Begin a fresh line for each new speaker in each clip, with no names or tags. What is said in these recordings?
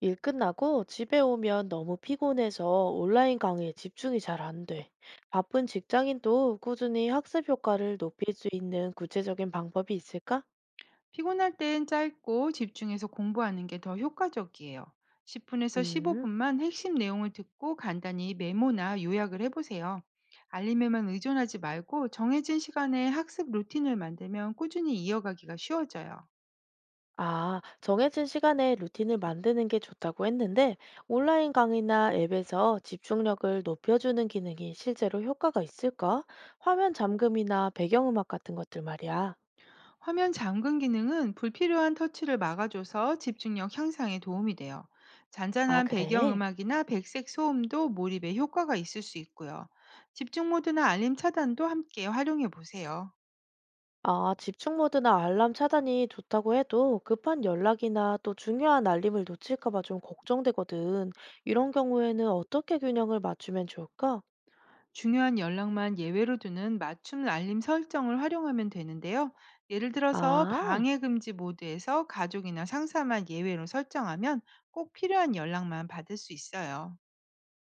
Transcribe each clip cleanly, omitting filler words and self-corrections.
일 끝나고 집에 오면 너무 피곤해서 온라인 강의에 집중이 잘 안 돼. 바쁜 직장인도 꾸준히 학습 효과를 높일 수 있는 구체적인 방법이 있을까?
피곤할 땐 짧고 집중해서 공부하는 게 더 효과적이에요. 10분에서
음,
15분만 핵심 내용을 듣고 간단히 메모나 요약을 해보세요. 알림에만 의존하지 말고 정해진 시간에 학습 루틴을 만들면 꾸준히 이어가기가 쉬워져요.
아, 정해진 시간에 루틴을 만드는 게 좋다고 했는데, 온라인 강의나 앱에서 집중력을 높여주는 기능이 실제로 효과가 있을까? 화면 잠금이나 배경음악 같은 것들 말이야.
화면 잠금 기능은 불필요한 터치를 막아줘서 집중력 향상에 도움이 돼요.
아,
잔잔한
그래?
배경음악이나 백색 소음도 몰입에 효과가 있을 수 있고요. 집중 모드나 알림 차단도 함께 활용해 보세요.
아, 집중 모드나 알람 차단이 좋다고 해도 급한 연락이나 또 중요한 알림을 놓칠까 봐 좀 걱정되거든. 이런 경우에는 어떻게 균형을 맞추면 좋을까?
중요한 연락만 예외로 두는 맞춤 알림 설정을 활용하면 되는데요. 예를 들어서
아,
방해 금지 모드에서 가족이나 상사만 예외로 설정하면 꼭 필요한 연락만 받을 수 있어요.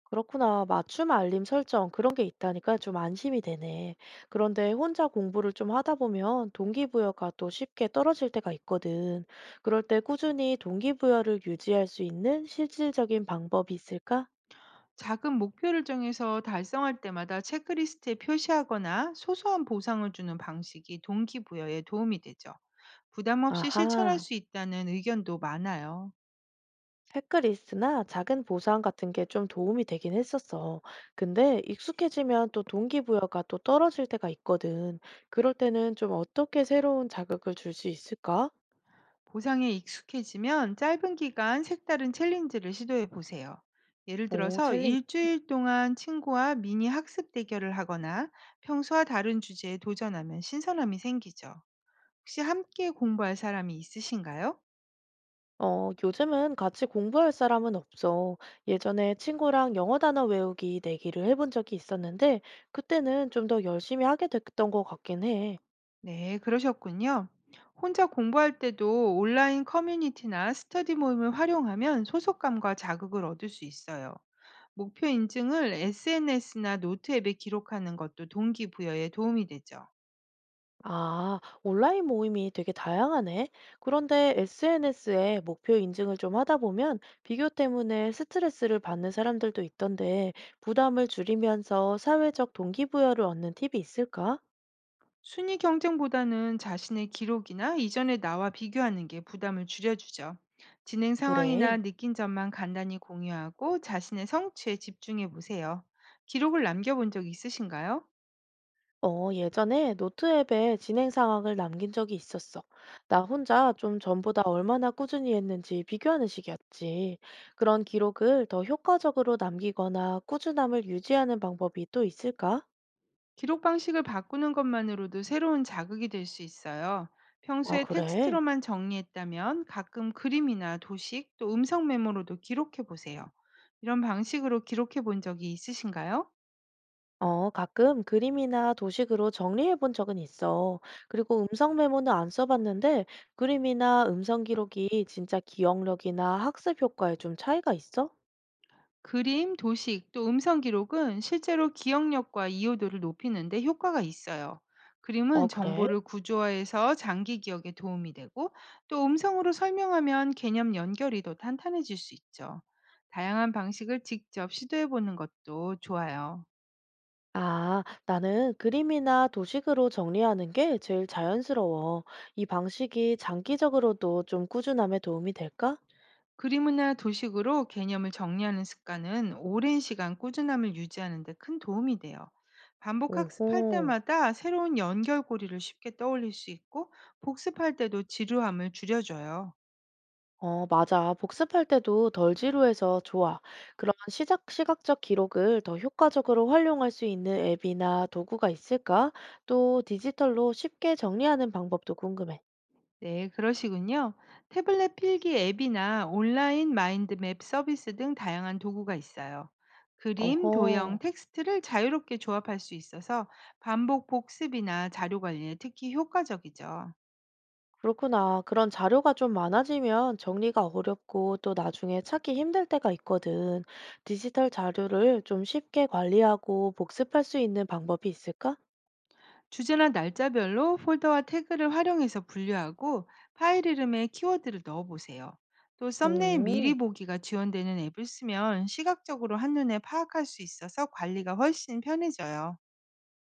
그렇구나. 맞춤 알림 설정 그런 게 있다니까 좀 안심이 되네. 그런데 혼자 공부를 좀 하다 보면 동기부여가 또 쉽게 떨어질 때가 있거든. 그럴 때 꾸준히 동기부여를 유지할 수 있는 실질적인 방법이 있을까?
작은 목표를 정해서 달성할 때마다 체크리스트에 표시하거나 소소한 보상을 주는 방식이 동기부여에 도움이 되죠. 부담 없이 실천할
아하.
수 있다는 의견도 많아요.
체크리스트나 작은 보상 같은 게 좀 도움이 되긴 했었어. 근데 익숙해지면 또 동기부여가 또 떨어질 때가 있거든. 그럴 때는 좀 어떻게 새로운 자극을 줄 수 있을까?
보상에 익숙해지면 짧은 기간 색다른 챌린지를 시도해 보세요. 예를
어,
들어서
챌린.
일주일 동안 친구와 미니 학습 대결을 하거나 평소와 다른 주제에 도전하면 신선함이 생기죠. 혹시 함께 공부할 사람이 있으신가요?
어, 요즘은 같이 공부할 사람은 없어. 예전에 친구랑 영어 단어 외우기 내기를 해본 적이 있었는데, 그때는 좀 더 열심히 하게 됐던 것 같긴 해.
네, 그러셨군요. 혼자 공부할 때도 온라인 커뮤니티나 스터디 모임을 활용하면 소속감과 자극을 얻을 수 있어요. 목표 인증을 SNS나 노트 앱에 기록하는 것도 동기부여에 도움이 되죠.
아, 온라인 모임이 되게 다양하네. 그런데 SNS에 목표 인증을 좀 하다 보면 비교 때문에 스트레스를 받는 사람들도 있던데 부담을 줄이면서 사회적 동기부여를 얻는 팁이 있을까?
순위 경쟁보다는 자신의 기록이나 이전의 나와 비교하는 게 부담을 줄여주죠. 진행
그래.
상황이나 느낀 점만 간단히 공유하고 자신의 성취에 집중해 보세요. 기록을 남겨본 적 있으신가요?
어, 예전에 노트 앱에 진행 상황을 남긴 적이 있었어. 나 혼자 좀 전보다 얼마나 꾸준히 했는지 비교하는 식이었지. 그런 기록을 더 효과적으로 남기거나 꾸준함을 유지하는 방법이 또 있을까?
기록 방식을 바꾸는 것만으로도 새로운 자극이 될 수 있어요.
아,
평소에
그래.
텍스트로만 정리했다면 가끔 그림이나 도식 또 음성 메모로도 기록해 보세요. 이런 방식으로 기록해 본 적이 있으신가요?
어, 가끔 그림이나 도식으로 정리해 본 적은 있어. 그리고 음성 메모는 안 써봤는데, 그림이나 음성 기록이 진짜 기억력이나 학습 효과에 좀 차이가 있어?
그림, 도식, 또 음성 기록은 실제로 기억력과 이해도를 높이는 데 효과가 있어요.
어,
그림은
그래?
정보를 구조화해서 장기 기억에 도움이 되고 또 음성으로 설명하면 개념 연결이 더 탄탄해질 수 있죠. 다양한 방식을 직접 시도해 보는 것도 좋아요.
아, 나는 그림이나 도식으로 정리하는 게 제일 자연스러워. 이 방식이 장기적으로도 좀 꾸준함에 도움이 될까?
그림이나 도식으로 개념을 정리하는 습관은 오랜 시간 꾸준함을 유지하는 데 큰 도움이 돼요. 반복 학습할
오호.
때마다 새로운 연결고리를 쉽게 떠올릴 수 있고 복습할 때도 지루함을 줄여줘요.
어, 맞아. 복습할 때도 덜 지루해서 좋아. 그런 시각적 기록을 더 효과적으로 활용할 수 있는 앱이나 도구가 있을까? 또 디지털로 쉽게 정리하는 방법도 궁금해.
네, 그러시군요. 태블릿 필기 앱이나 온라인 마인드맵 서비스 등 다양한 도구가 있어요. 그림,
어허,
도형, 텍스트를 자유롭게 조합할 수 있어서 반복 복습이나 자료 관리에 특히 효과적이죠.
그렇구나. 그런 자료가 좀 많아지면 정리가 어렵고 또 나중에 찾기 힘들 때가 있거든. 디지털 자료를 좀 쉽게 관리하고 복습할 수 있는 방법이 있을까?
주제나 날짜별로 폴더와 태그를 활용해서 분류하고 파일 이름에 키워드를 넣어보세요. 또 썸네일 미리
오.
보기가 지원되는 앱을 쓰면 시각적으로 한눈에 파악할 수 있어서 관리가 훨씬 편해져요.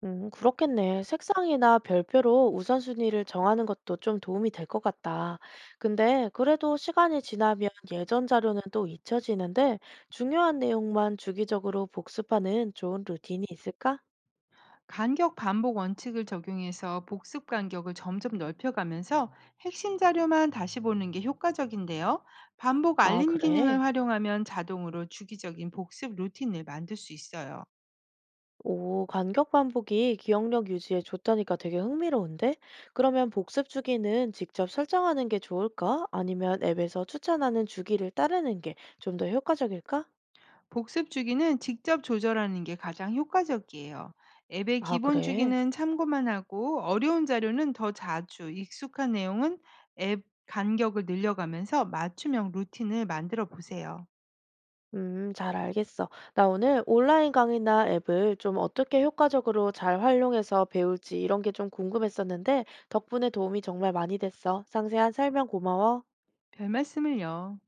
그렇겠네. 색상이나 별표로 우선순위를 정하는 것도 좀 도움이 될 것 같다. 근데 그래도 시간이 지나면 예전 자료는 또 잊혀지는데 중요한 내용만 주기적으로 복습하는 좋은 루틴이 있을까?
간격 반복 원칙을 적용해서 복습 간격을 점점 넓혀가면서 핵심 자료만 다시 보는 게 효과적인데요. 반복
아,
알림
그래.
기능을 활용하면 자동으로 주기적인 복습 루틴을 만들 수 있어요.
오, 간격 반복이 기억력 유지에 좋다니까 되게 흥미로운데? 그러면 복습 주기는 직접 설정하는 게 좋을까? 아니면 앱에서 추천하는 주기를 따르는 게 좀 더 효과적일까?
복습 주기는 직접 조절하는 게 가장 효과적이에요. 앱의
아,
기본
그래.
주기는 참고만 하고 어려운 자료는 더 자주, 익숙한 내용은 앱 간격을 늘려가면서 맞춤형 루틴을 만들어 보세요.
잘 알겠어. 나 오늘 온라인 강의나 앱을 좀 어떻게 효과적으로 잘 활용해서 배울지 이런 게 좀 궁금했었는데 덕분에 도움이 정말 많이 됐어. 상세한 설명 고마워.
별 말씀을요.